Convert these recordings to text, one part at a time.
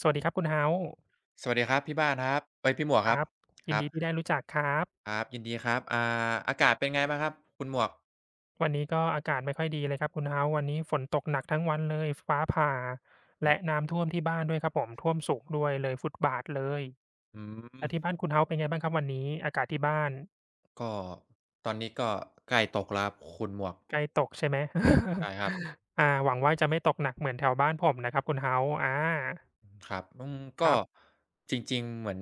สวัสดีครับคุณ h ฮา s e สวัสดีครับพี่บ้านครับเอ้ยพี่หมวกคครับรับคยินรับดีที่ได้รู้จักครับครับยินดีครับอากาศเป็นไงบ้างครับคุณหมวกวันนี้ก็อากาศไม่ค่อยดีเลยครับคุณ h ฮ u วันนี้ฝนตกหนักทั้งวันเลยฟ้าผ่าอืและน้ำท่วมที่บ้านด้วยครับผมท่วมสูงด้วยเลยฟุตบาทเลยมแล้วที่บ้านคุณ h ฮ u เป็นไงบ้างครับวันนี้อากาศที่บ้านก็ตอนนี้ก็ใกล้ตกแล้วครับคุณหมวกใกล้ตกใช่ไหม ใช่ครับ อาหวังว่าจะไม่ตกหนักเหมือนแถวบ้านผมนะครับคุณเฮา s e อาครับอืมคก็รับจริงๆเหมือน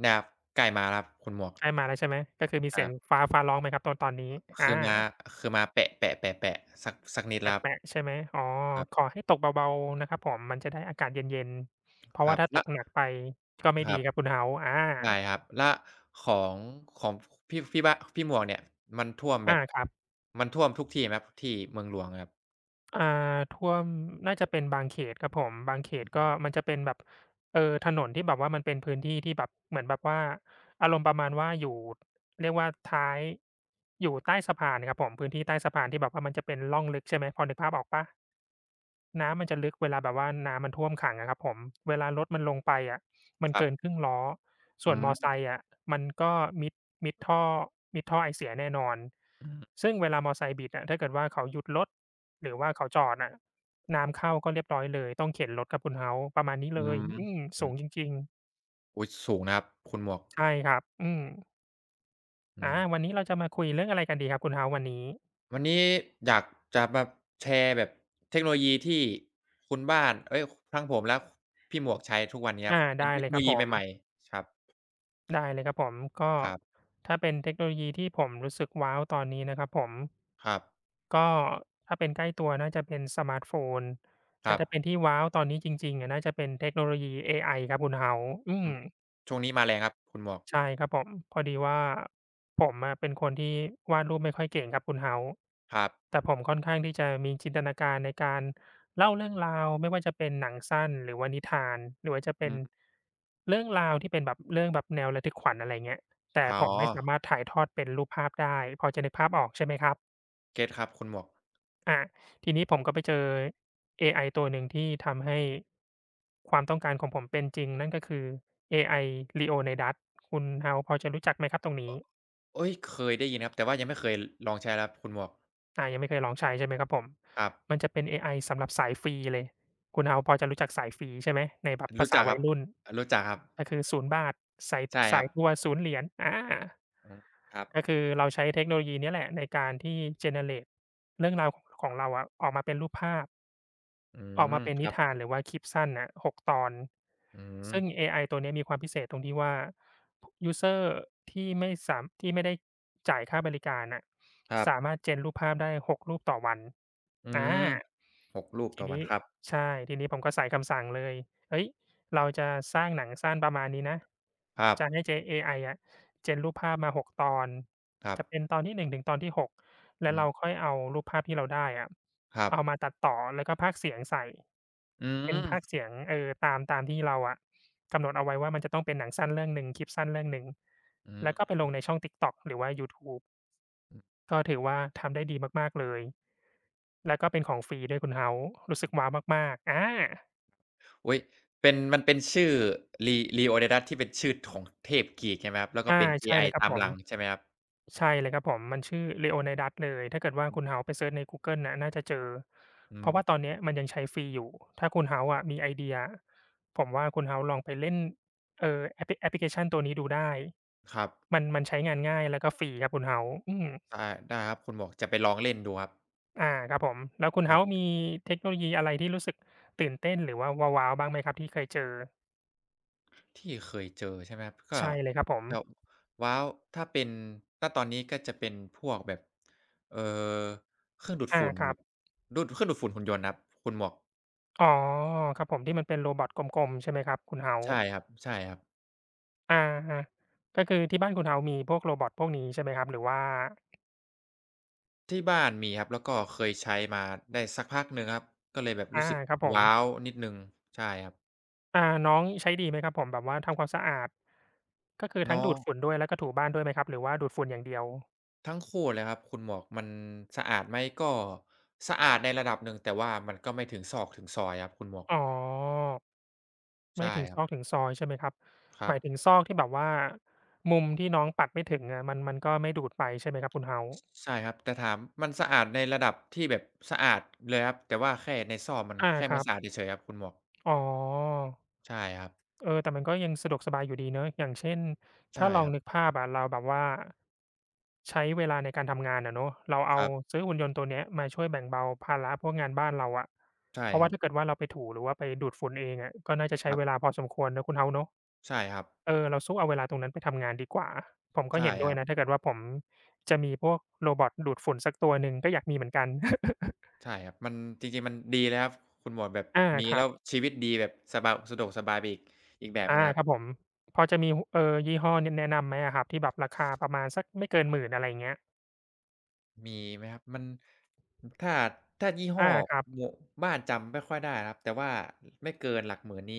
แนีบใกล้มาแล้วครับคุณหมวกใกล้มาแล้วใช่ไหมก็คือมีคเสีรัยงบฟ้าร้องไหมครับตอนนี้อา คือมาคือมาแปะแปะแปะแปะสักนิดแแล้วปะๆใช่ไหมอ๋อครับคขรัอบให้ตกเบาๆนะครับผม มันจะได้อากาศเย็นๆเพคราะรัว่าบถ้าตแล้วกหนักไปก็ไม่คดีรับครับคุณ House อาใช่ครับและของของพี่บ้านพี่หมวกเนี่ยมันท่วมแบอาบครับมันท่วมทุกที่ไหมครับที่เมืองหลวงครับ อ่าท่วมน่าจะเป็นบางเขตครับผมบางเขตก็มันจะเป็นแบบถนนที่แบบว่ามันเป็นพื้นที่ที่แบบเหมือนแบบว่าอารมณ์ประมาณว่าอยู่เรียกว่าท้ายอยู่ใต้สะพานครับผมพื้นที่ใต้สะพานที่แบบว่ามันจะเป็นร่องลึกใช่ไหมพอนึกภาพออกเปล่า น้ำมันจะลึกเวลาแบบว่าน้ำมันท่วมขังอะครับผมเวลารถมันลงไปอะมันครับเกินครึ่งล้ออืส่วนมอไซมค์อะมันก็มิดมิดท่อมิดท่อไอเสียแน่นอนอือซึ่งเวลามอไซค์บิดอะถ้าเกิดว่าเขาหยุดรถหรือว่าเขาจอดอะน้ำเข้าก็เรียบร้อยเลยต้องเข็นรถครับคุณ House ประมาณนี้อืเลยมอืมอืสูองจริงๆอุ๊ยสูงนะครับคุณหมวกใช่ครับอืมอือาวันมนี้เราจะมาคุยเรื่องอะไรกันดีครับคุณ House วันนี้วันนี้อยากจะมาแชร์แบบเทคโนโลยีที่คุณบ้านเอ๊ยทั้งผมและพี่หมวกใช้ทุกวันนี้ครับอาเป็นได้เทคเลโนยคโลรับผยีมใหม่ๆ ครับได้เลยครับผมก็ครับถ้าเป็นเทคโนโลยีที่ผมรู้สึกว้าวตอนนี้นะครับผม ครับก็ถ้าเป็นใกล้ตัวน่าจะเป็นสมาร์ตโฟนคแต่รับถ้าเป็นที่ว้าวตอนนี้จริงๆอะน่าจะเป็นเทคโนโลยีเอไอครับคุณ House อือืมมช่วงนี้มาแรงครับคุณหมวก ใช่ครับผมพอดีว่าผมอะเป็นคนที่วาดรูปไม่ค่อยเก่งครับคุณ House ครับแต่ผมค่อนข้างที่จะมีจินตนาการในการเล่าเรื่องราวไม่ว่าจะเป็นหนังสั้นหรือว่านิทานหรือว่าจะเป็อืนมเรื่องราวที่เป็นแบบเรื่องแบบแนวระทึกขวัญอะไรเงี้ยแต่อ๋ผอมไม่สามารถถ่ายทอดเป็นรูปภาพได้พอจะนึกภาพออกใช่ไหมครับ เก็ตครับคุณหมวกอาทีนี้ผมก็ไปเจอเอไอตัวหนึ่งที่ทำให้ความต้องการของผมเป็นจริงนั่นก็คือเอไอ Leonidas คุณ House พอจะรู้จักไหมครับตรงนี้เอ๊ยเคยได้ยินครับแต่ว่ายังไม่เคยลองใช้ครับคุณหมวกอายังไม่เคยลองใช้ใช่ไหมครับผมครับ มันจะเป็นเอไอสำหรับสายฟรีเลยคุณ House พอจะรู้จักสายฟรีใช่ไหมในแบบภารู้ษาจักควัรัยบ รุ่นรู้จักครับ ก็คือศูนย์บา0สายใช่คสารัยบทัวร์ศูนย์เหรียญอาอืมครับก็คือเราใช้เทคโนโลยีเนี้ยแหละในการที่ generate เรื่องราวขของเราอะออกมาเป็นรูปภาพ อืออกมมาเป็นคนิรับ ทานหรือว่าคลิปสั้นน่ะ6ตอนอืมซึ่งเอไอตัวเนี้ยมีความพิเศษตรงที่ว่ายูสเซอร์ที่ไม่ได้จ่ายค่าบริการน่ะครับสามารถ gen รูปภาพได้6รูปต่อวันอือามหกลูกต่ทีอวันนี้ครับใช่ทีนี้ผมก็ใส่คำสั่งเลยเฮ้ยเราจะสร้างหนังสั้นประมาณนี้นะครับจะให้เจเอไออะ gen รูปภาพมา6ตอนครับจะเป็นตอนที่1ถึงตอนที่ 6" แล้วอืเรามค่อยเอารูปภาพที่เราได้อะครับเอามาตัดต่อแล้วก็พากย์เสียงใส่อืเป็นพากย์มเสียงตามที่เราอะกำหนดเอาไว้ว่ามันจะต้องเป็นหนังสั้นเรื่องหนึ่งคลิปสั้นเรื่องหนึ่งอืแล้วก็ไปลมงในช่อง TikTok หรือว่ายูทูบก็ถือว่าทำได้ดีมากๆเลยแล้วก็เป็นของฟรีด้วยคุณ House รู้สึกว้าวมากๆอาอุ๊ยเป็นมันเป็นชื่อ Re Leonidas ที่เป็นชื่อของเทพกรีกใช่ไหมครับแล้วก็อาเป็นเอใช่ไอเลยครับตามผหม ลังใช่ไหมครับใช่เลยครับผมมันชื่อ Leonidas เลยถ้าเกิดว่าคุณ House ไปเซิร์ชในกูเกิลน่ะน่าจะเจออืเพราะว่าตอนมเนี้ยมันยังใช้ฟรีอยู่ถ้าคุณ House อะมีไอเดียผมว่าคุณ House ลองไปเล่นแอปพลิเคชันตัวนี้ดูได้ครับมันมันใช้งานง่ายแล้วก็ฟรีครับคุณ House อืมได้ได้ครับคุณหมวกจะไปลองเล่นดูครับอาครับผมแล้วคุณ ครั House มีบเทคโนโลยีอะไรที่รู้สึกตื่นเต้นหรือว่าว้าวๆบ้างไหมครับที่เคยเจอที่เคยเจอใช่ไหมครับก็ใช่เลยครับผมจะว้าวถ้าเป็นถ้าตอนนี้ก็จะเป็นพวกแบบเอ่อเครื่องดูดอาฝุ่นคแบรับบดูดเครื่องดูดฝุ่นหุ่นยนต์ครับคุณหมวก อ๋อครับผมที่มันเป็นโรบอตกลมๆใช่ไหมครับคุณ ใช่ House? ครับใช่ครับอาก็คือที่บ้านคุณเฮาส์มีพวกโรบอตพวกนี้ใช่ไหมครับหรือว่าที่บ้านมีครับแล้วก็เคยใช้มาได้สักพักหนึ่งครับก็เลยแบบรู้อาสึกครับผมว้าวนิดหนึ่งใช่ครับอ่าน้องใช้ดีไหมครับผมแบบว่าทำความสะอาดก็คือทั้งเนาะดูดฝุ่นด้วยแล้วก็ถูบ้านด้วยไหมครับหรือว่าดูดฝุ่นอย่างเดียวทั้งคู่เลยครับคุณหมวกมันสะอาดไหมก็สะอาดในระดับหนึ่งแต่ว่ามันก็ไม่ถึงซอกถึงซอยครับคุณหมวกอ๋อไม่ใช่ถึงคซรับอกถึงซอยใช่ไหมครับคหรับมายถึงซอกที่แบบว่ามุมที่น้องปัดไม่ถึงอะมันมันก็ไม่ดูดไปใช่ไหมครับคุณเฮาส์ชใช่ครับแต่ถามมันสะอาดในระดับที่แบบสะอาดเลยครับแต่ว่าแค่ในซอกมันอาแค่คไม่รับสะอาดเฉยๆครับคุณหมวกอ๋อใช่ครับเออแต่มันก็ยังสะดวกสบายอยู่ดีเนาะอย่างเช่นถ้าใช่ลอคงรับนึกภาพอะเราแบบว่า ใช้เวลาในการทำงานอะเนาะเราคเอารับซื้อหุ่นยนต์ตัวเนี้ยมาช่วยแบ่งเบาภาระพวกงานบ้านเราอะใช่เพราะครัว่าบถ้าเกิดว่าเราไปถูหรือว่าไปดูดฝุ่นเองอะก็น่าจะคใช้รัเวลาบพอสมควรนะคุณ House เนาะใช่ครับเออเราสู้เอาเวลาตรงนั้นไปทำงานดีกว่าผมก็ใช่เห็นคด้วยรับ นะถ้าเกิดว่าผมจะมีพวกโรบอตดูดฝุ่นสักตัวหนึ่งก็อยากมีเหมือนกัน ใช่ครับมันจริงๆมันดีเลยครับคุณหมวกแบบอามีครัแล้บวชีวิตดีแบบสบายสะดวกสบายไปอีกอีกแบบหนึ่อางครัครับบผมพอจะมีหเอ่อยี่ห้อแนะนำไหมอะครับที่แบบราคาประมาณสักไม่เกินหมื่นอะไรอย่างเงี้ยมีไหมครับมันถ้าถ้ายี่ห้ออาครับ หมวกบ้านจำไม่ค่อยได้ครับแต่ว่าไม่เกินหลักหมื่นนี้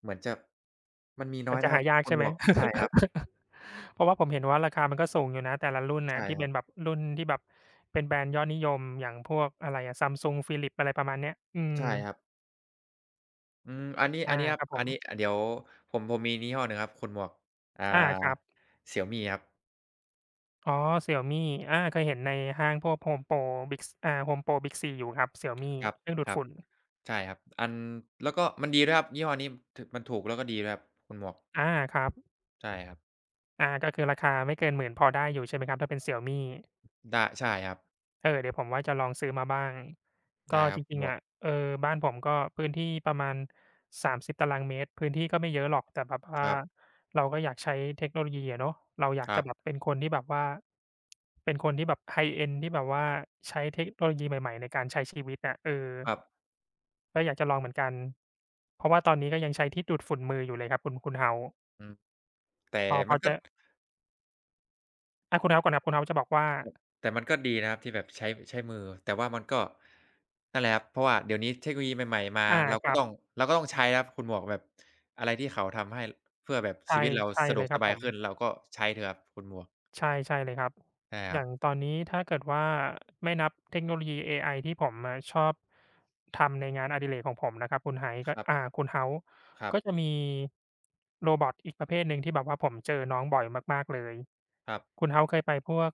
เหมือนจะมันมีน้มัอนยจะนะคหารับยากคุณใช่หมไหม วกใช่ครับ เพราะว่าผมเห็นว่าราคามันก็สูงอยู่นะแต่ละรุ่นใช่น่ะที่ครัเป็บนแบบรุ่นที่แบบเป็นแบรนด์ยอดนิยมอย่างพวกอะไรอะ Samsung Philips อะไรประมาณเนี้ยอืมใช่ครับอืมอันนี้อาอันนี้ครัคบรับผอันมนี้เดี๋ยวผมมียี่ห้อหนึ่งครับคุณหมวกอ่า อาครับ Xiaomi ครับอ๋อ Xiaomi อาเคยเห็นในห้างพวก Home Pro Big C อยู่ครับ Xiaomi ครับเครื่องดูคดรับ ฝุ่นใช่ครับอันแล้วก็มันดีด้วยครับยี่ห้อนี้ถมันถูกแล้วก็ดีด้วยครับคุณหมวกอาครับใช่ครับอาก็คือราคาไม่เกินหมื่นพอได้อยู่ใช่ไหมครับถ้าเป็น Xiaomi ได้ใช่ครับเออเดี๋ยวผมว่าจะลองซื้อมาบ้างก็ได้ครัจบคุณริงหมๆวกอะเออบ้านผมก็พื้นที่ประมาณ30ตารางเมตรพื้นที่ก็ไม่เยอะหรอกแต่แบบคว่ารับเราก็อยากใช้เทคโนโลยีอะเนาะเราอยากครัจะบแบบเป็นคนที่แบบว่าเป็นคนที่แบบ high end ที่แบบว่าใช้เทคโนโลยีใหม่ๆในการใช้ชีวิตอะเออครับก็อยากจะลองเหมือนกันเพราะว่าตอนนี้ก็ยังใช้ที่ดูดฝุ่นมืออยู่เลยครับคุณ House อืมแต่พอพมัอนก็จะอาคุณ House ก่อนครับคุณ House จะบอกว่าแต่มันก็ดีนะครับที่แบบใช้ใช้มือแต่ว่ามันก็นั่นแหละครับเพราะว่าเดี๋ยวนี้เทคโนโลยีใหม่ๆมาอาครับเราก็ต้องใช้ครับคุณหมวกแบบอะไรที่เขาทำให้เพื่อแบบชีใช่วิตเราใช่สะดเลวกยคสรับบาผยม ขึ้นเราก็ใช้เถอะครับคุณหมวกใช่ใช่เลยครับ ใช่คอรับย่างตอนนี้ถ้าเกิดว่าไม่นับเทคโนโลยีเอไอที่ผมอะชอบทำในงานอดิเรกของผมนะครับคุณ h o u e คก็รับอ่าคุณ House ครับก็จะมีโรบอตอีกประเภทหนึ่งที่แบบว่าผมเจอน้องบ่อยมากๆเลย ครับคุณ House เคยไปพวก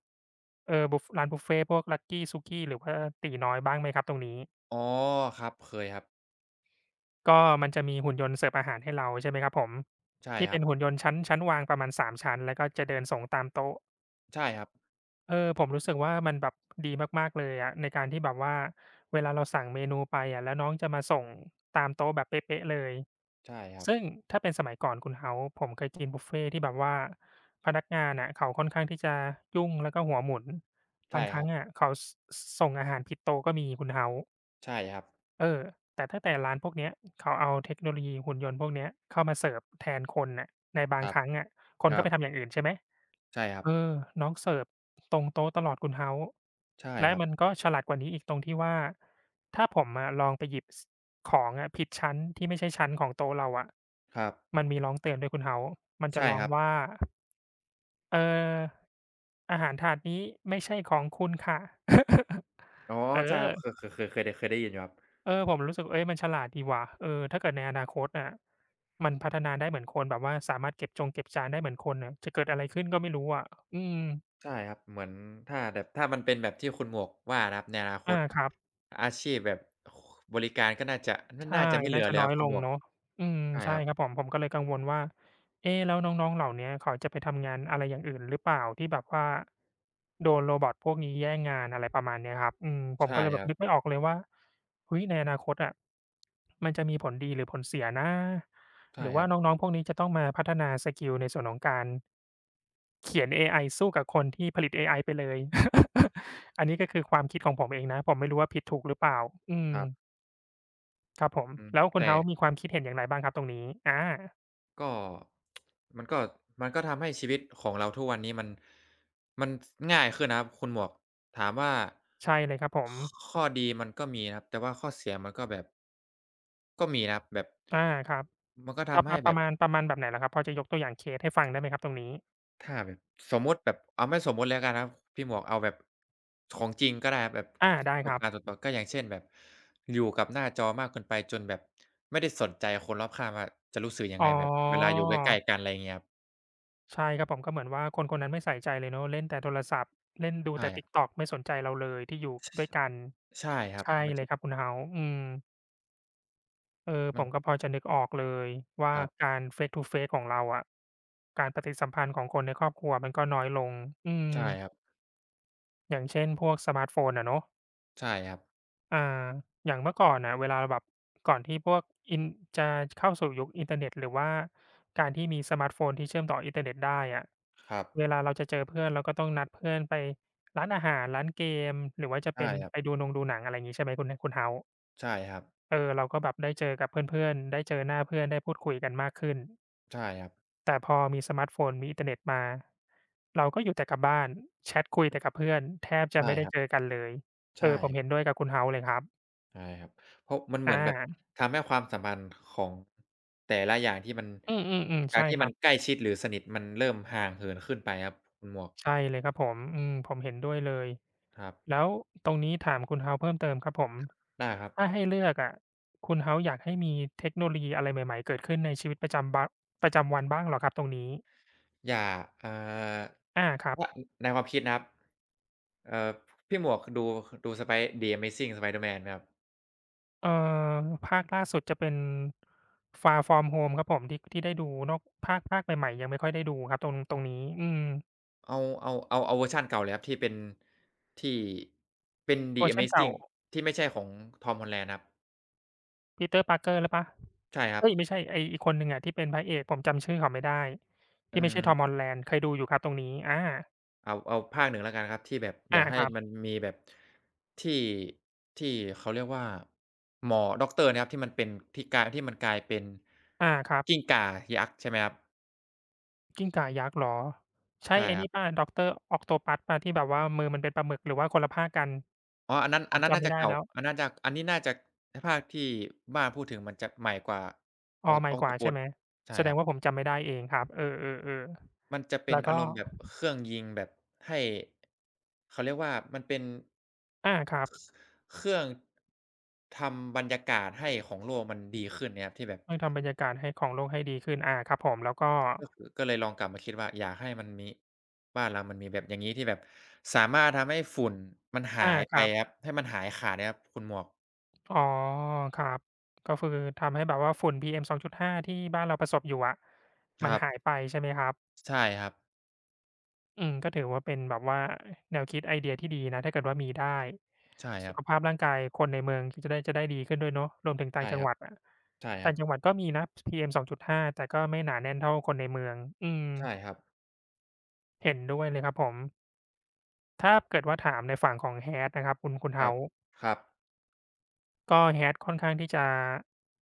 เอ่อบุฟร้านบุฟเฟต์พวก Lucky Suki หรือว่าตี๋น้อยบ้างไหมครับตรงนี้ อ๋อครับเคยครับก็มันจะมีหุ่นยนต์เสิร์ฟอาหารให้เราใช่ไหมครับผม ใช่ที่คเป็รับนหุ่นยนต์ชั้นวางประมาณสามชั้นแล้วก็จะเดินส่งตามโต๊ะ ใช่ครับเออผมรู้สึกว่ามันแบบดีมากๆเลยอะในการที่แบบว่าเวลาเราสั่งเมนูไปอะแล้วน้องจะมาส่งตามโต๊ะแบบเป๊ะๆเลยใช่ครับซึ่งถ้าเป็นสมัยก่อนคุณ House ผมเคยกินบุฟเฟต์ที่แบบว่าพนักงานน่ะเขาค่อนข้างที่จะยุ่งแล้วก็หัวหมุนบาใช่งคครั้รังบ อะเขาส่งอาหารผิดโต๊ะก็มีคุณ House ใช่ครับเออแต่ถ้าแต่ร้านพวกเนี้ยเขาเอาเทคโนโลยีหุ่นยนต์พวกเนี้ยเข้ามาเสิร์ฟแทนคนน่ะในคบางรับครั้งอะคคนก็รับไปทำอย่างอื่นใช่ไหม ใช่ครับเออน้องเสิร์ฟตรงโต๊ะตลอดคุณ House ใช่และครับมันก็ฉลาดกว่านี้อีกตรงที่ว่าถ้าผมอะลองไปหยิบสของอะผิดชั้นที่ไม่ใช่ชั้นของโต๊ะเราอะครับมันมีร้องเตือนด้วยคุณ House มันจะใช่ร้อคงรับว่าเอ่ออาหารถาดนี้ไม่ใช่ของคุณค่ะ อ๋อ เอใช่คอรับเคยได้ยินอยู่ครับเออผมรู้สึกเฮ้ยมันฉลาดดีว่ะเออถ้าเกิดในอนาคตอะมันพัฒนาได้เหมือนคนแบบว่าสามารถเก็บจานได้เหมือนคนน่ะจะเกิดอะไรขึ้นก็ไม่รู้อะอืมใช่ครับเหมือนถ้าแบบถ้ามันเป็นแบบที่คุณหมวกว่านะครับในอนาคอาตครับ อาชีพแบบบริการก็น่าจะนใช่น่าจะไม่เหลืน่าอจะแล้วน้คอรับยคุลณหงมวกเนาะอืมใช่ใช่ครับครับผมก็เลยกังวลว่าเอ๊ะแล้วน้องๆเหล่าเนี้ยเขาจะไปทำงานอะไรอย่างอื่นหรือเปล่าที่แบบว่าโดน Robot พวกนี้แย่งงานอะไรประมาณเนี้ยครับอืมผมก็ใช่เลยแบคบรับนึกไม่ออกเลยว่าเฮ้ยในอนาคตอะมันจะมีผลดีหรือผลเสียนะหใช่รือคว่ารับน้องๆพวกนี้จะต้องมาพัฒนาสกิลในส่วนของการเขียนเอไอสู้กับคนที่ผลิตเอไอไปเลย อันนี้ก็คือความคิดของผมเองนะผมไม่รู้ว่าผิดถูกหรือเปล่าอืคม รับครับผมอืมแล้วคุณ แต่ House มีความคิดเห็นอย่างไรบ้างครับตรงนี้ก็ มันก็มันก็ทำให้ชีวิตของเราทุกวันนี้มันมันง่ายขึ้นนะครับคุณหมวกถามว่าใช่เลยครับผขมข้อดีมันก็มีนะครับแต่ว่าข้อเสียมันก็แบบก็มีนะครับแบบอาครับมันก็ทำให้แบบประมาณแบบไหนเหรอครับพอจะยกตัวอย่างเคสให้ฟังได้ไหมครับตรงนี้ถ้าแบบสมมุติแบบเอาไม่สมมุติแล้วกันนะครับพี่หมวกเอาแบบของจริงก็ได้ครับแบบปได้ระสคบรับการณ์ส่วนตัวก็อย่างเช่นแบบอยู่กับหน้าจอมากเกินไปจนแบบไม่ได้สนใจคนรอบข้างว่าจะรู้สึกยังอ๋อไงแบบเวลาอยู่ใกล้ๆกันอะไรเงี้ยครับใช่ครับผมก็เหมือนว่าคนคนนั้นไม่ใส่ใจเลยเนาะเล่นแต่โทรศัพท์เล่นดูแต่ ใช่ TikTok ไม่สนใจเราเลยที่อยู่ด้วยกันใช่ครับใช่มันเลจะยครับคุณ House อืมเออมัผนมก็พอจะนึกออกเลยว่าครับการ face to face ของเราอะการปฏิสัมพันธ์ของคนในครอบครัวมันก็น้อยลงอืมใช่ครับอย่างเช่นพวกสมาร์ตโฟนอะเนาะ ใช่ครับอ่าอย่างเมื่อก่อนน่ะเวลาเราแบบก่อนที่พวกอินจะเข้าสู่ยุคอินเทอร์เน็ตหรือว่าการที่มีสมาร์ตโฟนที่เชื่อมต่ออินเทอร์เน็ตได้อะครับเวลาเราจะเจอเพื่อนเราก็ต้องนัดเพื่อนไปร้านอาหารร้านเกมหรือว่าจะใช่เป็นครัไปบดูหนังอะไรงี้ใช่ไหมคุณ House ใช่ครับเออเราก็แบบได้เจอกับเพื่อนๆได้เจอหน้าเพื่อนได้พูดคุยกันมากขึ้นใช่ครับแต่พอมีสมาร์ตโฟนมีอินเทอร์เน็ตมาเราก็อยู่แต่กับบ้านแชตคุยแต่กับเพื่อนแทบจะใช่ไม่ได้ครัเจอบกันเลยเออใช่ผมเห็นด้วยกับคุณ House เลยครับใช่ครับเพราะมันเหอมือนแบบา ทำให้ความสัมพันธ์ของแต่ละอย่างที่มันอืมอืมอืมจากใช่ที่คมัรันใกบล้ชิดหรือสนิทมันเริ่มห่างเหินขึ้นไปครับคุณหมวกใช่เลยครับผมอืมผมเห็นด้วยเลยครับแล้วตรงนี้ถามคุณ House เพิ่มเติมครับผมได้ครับถ้าให้เลือกอะคุณ House อยากให้มีเทคโนโลยีอะไรใหม่ๆเกิดขึ้นในชีวิตประจำประจำวันบ้างเหรอครับตรงนี้อย่าอ่าอาครับว่าในความคิดนะครับเอ่อพี่หมวกดู Spy The Amazing Spider-Man ไหมครับ เอ่อภาคล่าสุดจะเป็น Far From Home ครับผมที่ได้ดูนอกภาคใหม่ๆยังไม่ค่อยได้ดูครับตรงนี้อืมเอาเอาเวอร์ชันเก่าเลยครับที่เป็นที่เป็น The เวอร์ชันเก่า Amazing ที่ไม่ใช่ของ Tom Holland ครับ Peter Parker หรือเปล่าใช่ครับเฮ้ยไม่ใช่ไอ้อีกคนหนึ่งอะที่เป็นพระเอกผมจำชื่อเขาไม่ได้ อืที่ไม่ใช่ Tom ม Holland เคยดูอยู่ครับตรงนี้อาเอาภาคหนึ่งแล้วกันครับที่แบบอยาอากให้ครัมันบมีแบบที่ที่เขาเรียกว่าหมอด็อกเตอร์นะครับที่มันเป็นที่มันกลายเป็นอาครับกิ้งก่ายักษ์ใช่ไหมครับกิ้งก่ายักษ์เหรอ ใช่ใช่ไอ้ครันี่บเปล่า Doctor Octopus เปล่าที่แบบว่ามือมันเป็นปลาหมึก หรือว่าคนละภาคกัน อ๋ออันนั้นผอันมนั้นจำน่าไม่จะได้เก่าแล้วอันน่าจะอันนี้น่าจะภาคที่บ้านพูดถึงมันจะใหม่กว่า อ๋อ ใหม่กว่าใช่ Octopus ไหม ใช่แสดครังบ ว่าผมจำไม่ได้เองครับเออมันๆจะๆเป็นแล้วอาก็รมณ์แบบเครื่องยิงแบบให้เขาเรียกว่ามันเป็นอาครับเครื่องทำบรรยากาศให้ของโลกมันดีขึ้นเนี่ยครับที่แบบเพื่อทำบรรยากาศให้ของโลกให้ดีขึ้นอาครับผมแล้วก็ก็คือก็เลยลองกลับมาคิดว่าอยากให้มันมีบ้านเรามันมีแบบอย่างงี้ที่แบบสามารถทำให้ฝุ่นมันหาอายคไปรัครับบ ให้มันหายขาดเนี่ยครับคุณหมวกอ๋อครับก็คือทำให้แบบว่าฝุ่น PM 2.5ที่บ้านเราประสบอยู่อะคมันรับหายไปใช่ไหมครับใช่ครับอืมก็ถือว่าเป็นแบบว่าแนวคิดไอเดียที่ดีนะถ้าเกิดว่ามีได้ใช่คสุรับขภาพร่างกายคนในเมืองก็จะได้ดีขึ้นด้วยเนาะรวมถึงต่างใช่จัคงรัหบวัดอะใช่ครัต่าบงจังหวัดก็มีนะ PM 2.5แต่ก็ไม่หนาแน่นเท่าคนในเมืองอืมใช่ครับเห็นด้วยเลยครับผมถ้าเกิดว่าถามในฝั่งของ Hat นะครับคุณ ครับ House ครับก็ Hat ค่อนข้างที่จะ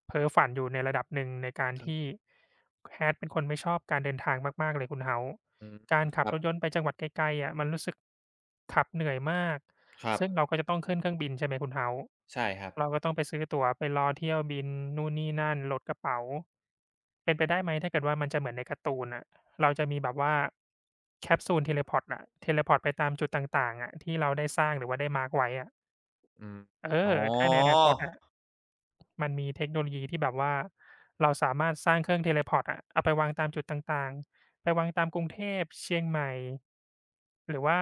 เพ้อฝันอยู่ในระดับหนึ่งในการครัที่ บ Hat เป็นคนไม่ชอบการเดินทางมากๆเลยคุณ House อืมการคขับรับรถยนต์ไปจังหวัดไกลๆอะมันรู้สึกขับเหนื่อยมากครับซึ่งเราก็จะต้องขึ้นเครื่องบินใช่ไหมคุณ House ใช่ครับ เราก็ต้องไปซื้อตั๋วไปรอเที่ยวบินนู่นนี่นั่นโหลดกระเป๋าเป็นไปได้ไหมถ้าเกิดว่ามันจะเหมือนในการ์ตูนน่ะเราจะมีแบบว่าแคปซูล Teleport น่ะ Teleport ไปตามจุดต่างๆอะที่เราได้สร้างหรือว่าได้มาร์กไว้อะอืมเออ๋ออถ้าในอนาคตอะ มันมีเทคโนโลยีที่แบบว่าเราสามารถสร้างเครื่อง teleport อร์ตอะเอาไปวางตามจุดต่างๆไปวางตามกรุงเทพเชียงใหม่หรือว่า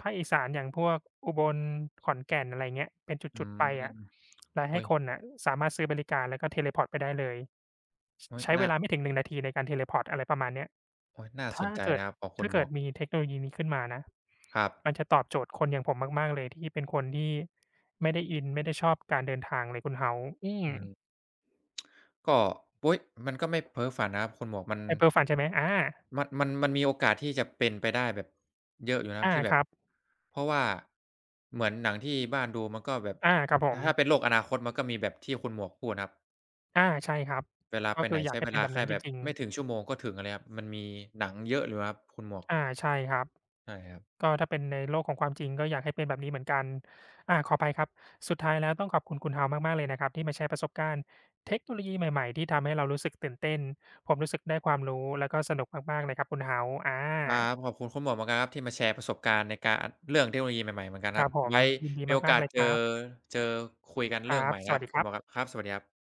ภาคอีสานอย่างพวกอุบลขอนแก่นอะไรเงี้ยเป็นอืจุดๆไปอะมแล้วอุ๊ให้ยคนน่ะสามารถซื้อบริการแล้วก็เทเลพอร์ตไปได้เลยอุ๊ยใช้เวน่าลาไม่ถึง1นาทีในการเทเลพอร์ตอะไรประมาณเนี้ยโอ๊ยน่าสถ้านใจเกิดนะครับพองคุณถ้าหมเกิวดกมีเทคโนโลยีนี้ขึ้นมานะครับมันจะตอบโจทย์คนอย่างผมมากๆเลยที่เป็นคนที่ไม่ได้อินไม่ได้ชอบการเดินทางเลยคุณ House อืมอืมก็อุ๊ยมันก็ไม่เพ้อฝันนะครับคุณหมวกมันไอ้เพ้อฝันใช่ไหมอา มันมันมันมีโอกาสที่จะเป็นไปได้แบบเยอะอยู่นะครับอาที่แบคบรับเพราะว่าเหมือนหนังที่บ้านดูมันก็แบบอาครับผถ้ามถ้าเป็นโลกอนาคตมันก็มีแบบที่คุณหมวกพูดนะครับอาใช่ครับ เวลาก็ไปคืไหนออยากใช้ให้เวเป็นลาแบบแค่นั้นจแบบริงไม่ถึๆงชั่วโมงก็ถึงอะไรครับมันมีหนังเยอะอยู่ครับคุณหมวกอาใช่ครับ ใช่ครับ ก็ถ้าเป็นในโลกของความจริงก็อยากให้เป็นแบบนี้เหมือนกันอาขออภัยครับสุดท้ายแล้วต้องขอบคุณคุณ House มากๆเลยนะครับที่มาแชร์ประสบการณ์เทคโนโลยีใหม่ๆที่ทำให้เรารู้สึกตื่นเต้นผมรู้สึกได้ความรู้แล้วก็สนุกมากๆเลยครับคุณ House อาครับขอบคุณคุณหมวกเหมือนกันครับที่มาแชร์ประสบการณ์ในการเรื่องเทคโนโลยีใหม่ๆเหมือนกันคครัรับบผมไว้ยินดีมีโอมากกาๆสเลยเจคอรับเจอคุยกันคเรื่องรัใหบม่สนะครัวัสบดีคุคณรัหมบวกครับครับสวัสดีครับ